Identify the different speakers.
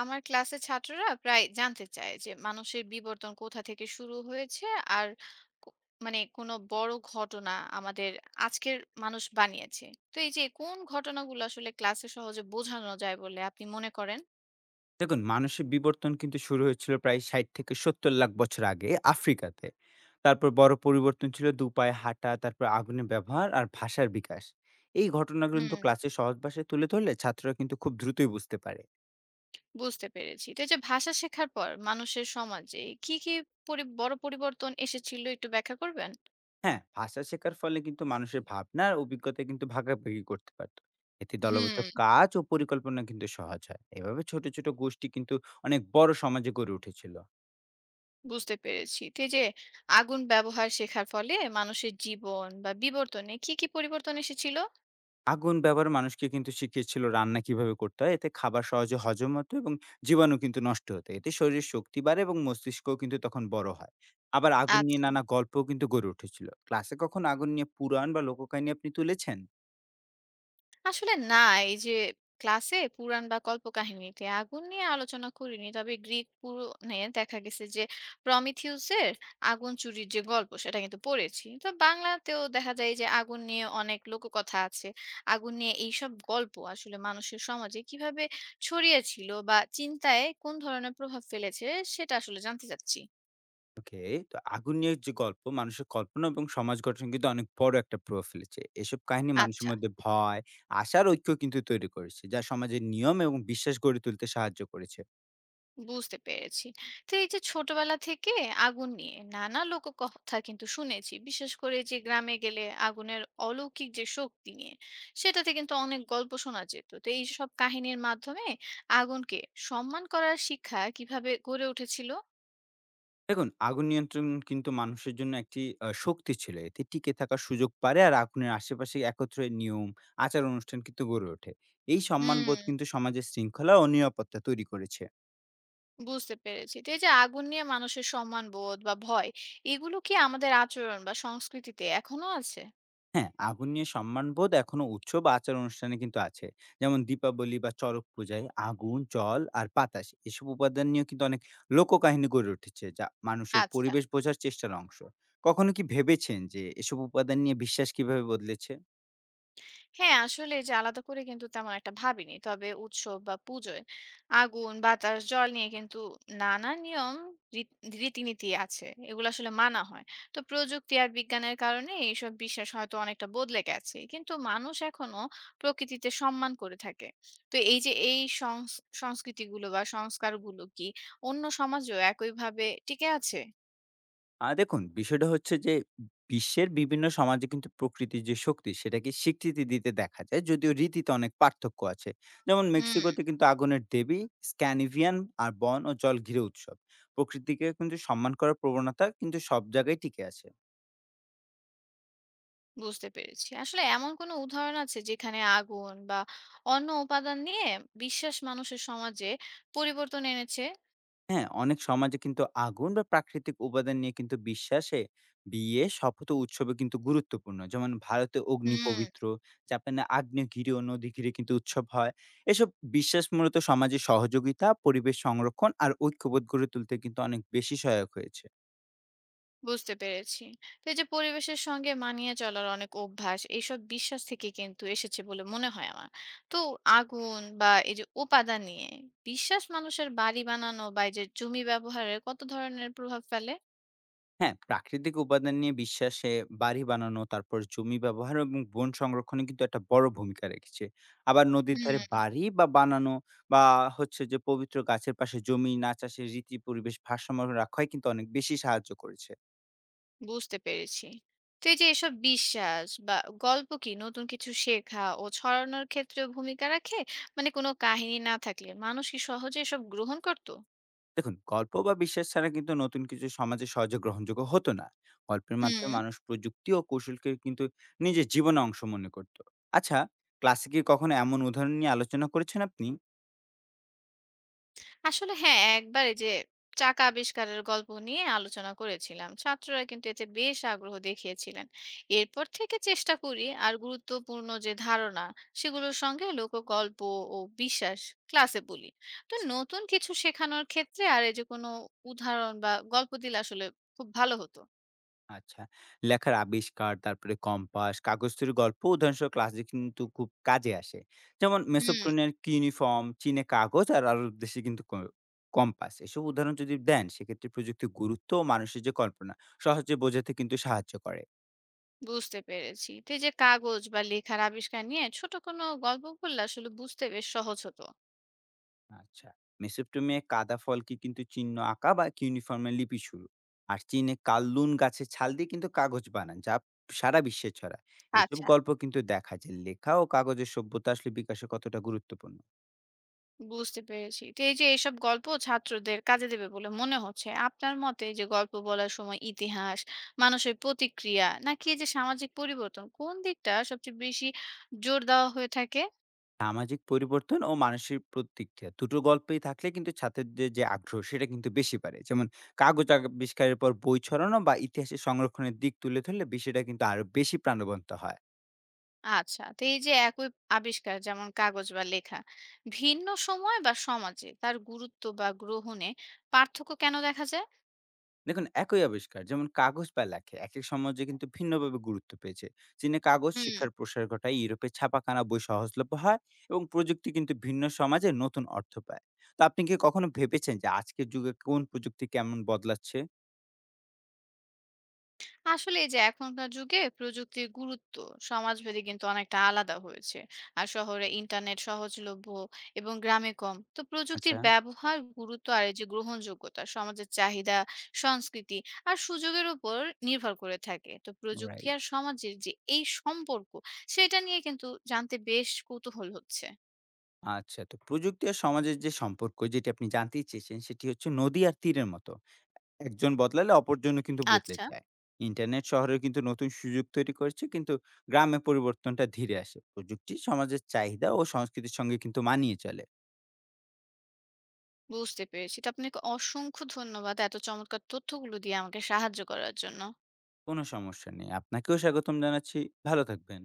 Speaker 1: আমার ক্লাসের ছাত্ররা প্রায় জানতে চায় যে মানুষের বিবর্তন কোথা থেকে শুরু হয়েছে আর কো- মানে কোনো বড় ঘটনা আমাদের আজকের মানুষ বানিয়েছে। তো এই যে কোন ঘটনাগুলো আসলে ক্লাসে সহজে বোঝানো যায় বলে আপনি মনে করেন?
Speaker 2: দেখুন, মানুষের বিবর্তন কিন্তু শুরু হয়েছিল প্রায় 60 থেকে 70 লাখ বছর আগে আফ্রিকাতে। তারপর বড় পরিবর্তন ছিল দু পায়ে হাঁটা, তারপর আগুনের ব্যবহার আর ভাষার বিকাশ। এই ঘটনাগুলো
Speaker 1: হুম,
Speaker 2: কিন্তু ক্লাসে সহজ ভাষায় তুলে ধরলে ছাত্ররা কিন্তু খুব দ্রুতই বুঝতে পারে।
Speaker 1: বুঝতে পেরেছি। তো এই যে ভাষা শেখার পর মানুষের সমাজে কি কি বড় পরিবর্তন এসেছিল একটু ব্যাখ্যা করবেন?
Speaker 2: হ্যাঁ, ভাষা শেখার ফলে কিন্তু মানুষের ভাবনা আর অভিজ্ঞতা কিন্তু ভাগাভাগি করতে পারতো। এতে দলগত
Speaker 1: হুম,
Speaker 2: কাজ ও পরিকল্পনা কিন্তু সহজ হয়। এভাবে ছোট ছোট গোষ্ঠী কিন্তু অনেক বড় সমাজে গড়ে উঠেছিল।
Speaker 1: বুঝতে পেরেছি। তো এই যে আগুন ব্যবহার শেখার ফলে মানুষের জীবন বা বিবর্তনে কি কি পরিবর্তন এসেছিল?
Speaker 2: আগুন ব্যবহার মানুষকে কিন্তু শিখিয়েছিল রান্না কিভাবে করতে হয়। এতে খাবার সহজে হজম হতো এবং জীবাণু কিন্তু নষ্ট হতো। এতে শরীরের শক্তি বাড়ে এবং মস্তিষ্কও কিন্তু তখন বড় হয়। আবার আগুন নিয়ে
Speaker 1: আচ্ছা,
Speaker 2: নানা গল্পও কিন্তু গড়ে উঠেছিল। ক্লাসে কখনো আগুন নিয়ে পুরাণ বা লোককাহিনী আপনি তুলেছেন?
Speaker 1: আসলে না, এই যে ক্লাসে পুরাণ বা কল্পকাহিনীতে আগুন নিয়ে আলোচনা করিনি, তবে গ্রিক পুরাণে দেখা গেছে যে প্রমিথিউসের আগুন চুরির যে গল্প সেটা কিন্তু পড়েছি। তো বাংলাতেও দেখা যায় যে আগুন নিয়ে অনেক লোককথা আছে। আগুন নিয়ে এইসব গল্প আসলে মানুষের সমাজে কিভাবে ছড়িয়েছিল বা চিন্তায় কোন ধরনের প্রভাব ফেলেছে সেটা আসলে জানতে চাচ্ছি।
Speaker 2: ওকে, তো আগুন নিয়ে যে গল্প মানুষের কল্পনা এবং সমাজ গঠন কিন্তু অনেক বড় একটা প্রভাব ফেলেছে। এসব কাহিনী মানুষের
Speaker 1: আচ্ছা।
Speaker 2: মধ্যে ভয়, আশার ঐক্য কিন্তু তৈরি করেছে, যা সমাজের নিয়ম এবং বিশ্বাস গড়ে তুলতে সাহায্য করেছে।
Speaker 1: বুঝতে পেরেছি। তো এই যে ছোটবেলা থেকে আগুন নিয়ে নানা লোককথা কিন্তু শুনেছি। বিশেষ করে যে গ্রামে গেলে আগুনের অলৌকিক যে শক্তি নিয়ে সেটাতে কিন্তু অনেক গল্প শোনা যেত। তো এইসব কাহিনীর মাধ্যমে আগুনকে সম্মান করার শিক্ষা কিভাবে গড়ে উঠেছিল?
Speaker 2: দেখুন, আগুন নিয়ন্ত্রণ কিন্তু মানুষের জন্য একটি শক্তি ছিল। এতে টিকে থাকার সুযোগ পারে আর আগুনের আশেপাশে একত্রে নিয়ম, আচার-অনুষ্ঠান কিন্তু গড়ে ওঠে। এই সম্মানবোধ
Speaker 1: হুম,
Speaker 2: কিন্তু সমাজের শৃঙ্খলা ও নিরাপত্তা তৈরি করেছে।
Speaker 1: বুঝতে পেরেছি। তো এই যে আগুন নিয়ে মানুষের সম্মানবোধ বা ভয় এগুলো কি আমাদের আচরণ বা সংস্কৃতিতে এখনো আছে?
Speaker 2: হ্যাঁ, আগুন নিয়ে সম্মানবোধ এখনো উৎসব বা আচার-অনুষ্ঠানে কিন্তু আছে। যেমন দীপাবলি বা চড়ক পূজায় আগুন, জল আর বাতাস এসব উপাদান নিয়েও কিন্তু অনেক লোককাহিনী গড়ে উঠেছে, যা মানুষের
Speaker 1: আচ্ছা।
Speaker 2: পরিবেশ বোঝার চেষ্টার অংশ। কখনো কি ভেবেছেন যে এসব উপাদান নিয়ে বিশ্বাস কিভাবে বদলেছে?
Speaker 1: হ্যাঁ, আসলে এই যে আলাদা করে কিন্তু তেমন একটা ভাবিনি। তবে উৎসব বা পুজোয় আগুন, বাতাস, জল নিয়ে কিন্তু নানা নিয়ম রীত রীতিনীতি আছে। এগুলো আসলে মানা হয়। তো প্রযুক্তি আর বিজ্ঞানের কারণে এইসব বিশ্বাস হয়তো অনেকটা বদলে গেছে, কিন্তু মানুষ এখনো প্রকৃতিতে সম্মান করে থাকে। তো এই যে এই সংস্কৃতিগুলো বা সংস্কারগুলো কি অন্য সমাজেও একইভাবে টিকে আছে?
Speaker 2: দেখুন, বিষয়টা হচ্ছে যে বিশ্বের বিভিন্ন সমাজে কিন্তু প্রকৃতির যে শক্তি সেটাকে স্বীকৃতি দিতে দেখা যায়। যদিও রীতিতে অনেক পার্থক্য আছে। যেমন
Speaker 1: হুম।
Speaker 2: মেক্সিকোতে কিন্তু আগুনের দেবী, স্ক্যানিভিয়ান আর বন ও জল ঘিরে উৎসব। প্রকৃতিকে কিন্তু সম্মান করার প্রবণতা কিন্তু সব জায়গায় টিকে আছে।
Speaker 1: বুঝতে পেরেছি। আসলে এমন কোনো উদাহরণ আছে যেখানে আগুন বা অন্য উপাদান নিয়ে বিশ্বাস মানুষের সমাজে পরিবর্তন এনেছে?
Speaker 2: হ্যাঁ, অনেক সমাজে কিন্তু আগুন বা প্রাকৃতিক উপাদান নিয়ে কিন্তু বিশ্বাসে বিয়ে, শপথ ও উৎসবে কিন্তু গুরুত্বপূর্ণ। যেমন ভারতে অগ্নি
Speaker 1: হুম,
Speaker 2: পবিত্র, জাপানে আগ্নেয়গিরি ও নদী ঘিরে কিন্তু উৎসব হয়। এসব বিশ্বাস মূলত সমাজে সহযোগিতা, পরিবেশ সংরক্ষণ আর ঐক্যবোধ গড়ে তুলতে কিন্তু অনেক বেশি সহায়ক হয়েছে।
Speaker 1: বুঝতে পেরেছি। তো এই যে পরিবেশের সঙ্গে মানিয়ে চলার অনেক অভ্যাস, এইসব বিশ্বাস থেকে কিন্তু এসেছে বলে মনে হয় আমার। তো আগুন বা এই যে উপাদান নিয়ে বিশ্বাস মানুষের বাড়ি বানানো বা এই যে জমি ব্যবহারে কত ধরনের প্রভাব ফেলে?
Speaker 2: হ্যাঁ, প্রাকৃতিক উপাদান নিয়ে বিশ্বাসে বাড়ি বানানো, তারপর জমি ব্যবহার এবং বন সংরক্ষণে কিন্তু একটা বড় ভূমিকা রেখেছে। আবার নদীর ধারে
Speaker 1: হুম।
Speaker 2: বাড়ি বা বানানো বা হচ্ছে যে পবিত্র গাছের পাশে জমি না চাষের রীতি পরিবেশ ভারসাম্য রাখায় কিন্তু অনেক বেশি সাহায্য করেছে।
Speaker 1: বুঝতে পেরেছি। তো এই যে এসব বিশ্বাস বা গল্প কি নতুন কিছু শেখা ও ছড়ানোর ক্ষেত্রে ভূমিকা রাখে? মানে কোনো কাহিনী না থাকলে মানুষ কি সহজে এসব গ্রহণ করতো?
Speaker 2: দেখুন, গল্প বা বিশ্বাস ছাড়া কিন্তু নতুন কিছু সমাজে সহজে গ্রহণযোগ্য হতো না। গল্পের মাধ্যমে
Speaker 1: হুম।
Speaker 2: মানুষ প্রযুক্তি ও কৌশলকে কিন্তু নিজের জীবনে অংশ মনে করত। আচ্ছা, ক্লাসে কি কখনো এমন উদাহরণ নিয়ে আলোচনা করেছেন আপনি?
Speaker 1: আসলে হ্যাঁ, একবার এই যে চাকা আবিষ্কারের গল্প নিয়ে আলোচনা করেছিলাম। ছাত্ররা কিন্তু এতে বেশ আগ্রহ দেখিয়েছিলেন। এরপর থেকে চেষ্টা করি আর গুরুত্বপূর্ণ যে ধারণা সেগুলোর সঙ্গে লোকগল্প ও বিশ্বাস ক্লাসে বলি। তো নতুন কিছু শেখানোর ক্ষেত্রে আর এই যে কোনো উদাহরণ বা গল্প দিলে আসলে খুব ভালো হতো।
Speaker 2: আচ্ছা। লেখার আবিষ্কার, তারপরে কম্পাস, কাগজ তৈরির গল্প উদাহরণসহ ক্লাসে কিন্তু খুব কাজে আসে। যেমন
Speaker 1: হুম,
Speaker 2: মেসোপট্রেমিয়ার ইউনিফর্ম, চীনে কাগজ আর আরব দেশে কিন্তু কম্পাস। এসব উদাহরণ যদি দেন সেক্ষেত্রে প্রযুক্তির গুরুত্ব ও মানুষের যে কল্পনা সহজে বোঝাতে কিন্তু সাহায্য করে।
Speaker 1: বুঝতে পেরেছি। তো এই যে কাগজ বা লেখার আবিষ্কার নিয়ে ছোট কোনো গল্প বললে আসলে বুঝতে বেশ সহজ হতো।
Speaker 2: আচ্ছা। মেসোপট্রেমিয়ায় কাদা ফলকে কিন্তু চিহ্ন আঁকা বা ইউনিফর্মের লিপি শুরু। আর চীনে কাল্লুন গাছের ছাল দিয়ে কিন্তু কাগজ বানান, যা সারা বিশ্বে ছড়ায়। এসব
Speaker 1: আচ্ছা।
Speaker 2: গল্প কিন্তু দেখা যায় লেখা ও কাগজের সভ্যতা আসলে বিকাশে কতটা গুরুত্বপূর্ণ।
Speaker 1: বুঝতে পেরেছি। তো এই যে এইসব গল্প ছাত্রদের কাজে দেবে বলে মনে হচ্ছে। আপনার মতে এই যে গল্প বলার সময় ইতিহাস, মানুষের প্রতিক্রিয়া নাকি এই যে সামাজিক পরিবর্তন কোন দিকটা সবচেয়ে বেশি জোর দেওয়া হয়ে থাকে?
Speaker 2: সামাজিক পরিবর্তন ও মানসিক প্রতিক্রিয়া দুটো গল্পই থাকলে কিন্তু ছাত্রদের যে আগ্রহ সেটা কিন্তু বেশি বাড়ে। যেমন কাগজ আবিষ্কারের পর বই ছড়ানো বা ইতিহাসের সংরক্ষণের দিক তুলে ধরলে বিষয়টা কিন্তু আরো বেশি প্রাণবন্ত হয়।
Speaker 1: আচ্ছা। তো এই যে একই আবিষ্কার যেমন কাগজ বা লেখা, ভিন্ন সময় বা সমাজে তার গুরুত্ব বা গ্রহণে পার্থক্য কেন দেখা যায়?
Speaker 2: দেখুন, একই আবিষ্কার যেমন কাগজ বা লেখে এক এক সমাজে কিন্তু ভিন্নভাবে গুরুত্ব পেয়েছে। চীনে কাগজ
Speaker 1: হুম।
Speaker 2: শিক্ষার প্রসার ঘটায়, ইউরোপে ছাপাখানা বই সহজলভ্য হয় এবং প্রযুক্তি কিন্তু ভিন্ন সমাজে নতুন অর্থ পায়। তো আপনি কি কখনো ভেবেছেন যে আজকের যুগে কোন প্রযুক্তি কেমন বদলাচ্ছে?
Speaker 1: আসলে এই যে এখনকার যুগে প্রযুক্তির গুরুত্ব সমাজভেদে কিন্তু অনেকটা আলাদা হয়েছে। আর শহরে ইন্টারনেট সহজলভ্য এবং গ্রামে কম। তো প্রযুক্তির
Speaker 2: আচ্ছা।
Speaker 1: ব্যবহার, গুরুত্ব আর এই যে গ্রহণযোগ্যতা সমাজের চাহিদা, সংস্কৃতি আর সুযোগের উপর নির্ভর করে থাকে। তো প্রযুক্তি
Speaker 2: রাইট।
Speaker 1: আর সমাজের যে এই সম্পর্ক সেটা নিয়ে কিন্তু জানতে বেশ কৌতূহল হচ্ছে।
Speaker 2: আচ্ছা, তো প্রযুক্তি আর সমাজের যে সম্পর্ক যেটি আপনি জানতেই চেয়েছেন, সেটি হচ্ছে নদী আর তীরের মতো। একজন বদলালে অপরজনও কিন্তু বদলে
Speaker 1: আচ্ছা,
Speaker 2: যায়। ইন্টারনেট শহরেও কিন্তু নতুন সুযোগ তৈরি করেছে, কিন্তু গ্রামে পরিবর্তনটা ধীরে আসে। প্রযুক্তি সমাজের চাহিদা ও সংস্কৃতির সঙ্গে কিন্তু মানিয়ে চলে।
Speaker 1: বুঝতে পেরেছি। তো আপনাকে অসংখ্য ধন্যবাদ এত চমৎকার তথ্যগুলো দিয়ে আমাকে সাহায্য করার জন্য।
Speaker 2: কোনো সমস্যা নেই। আপনাকেও স্বাগতম জানাচ্ছি। ভালো থাকবেন।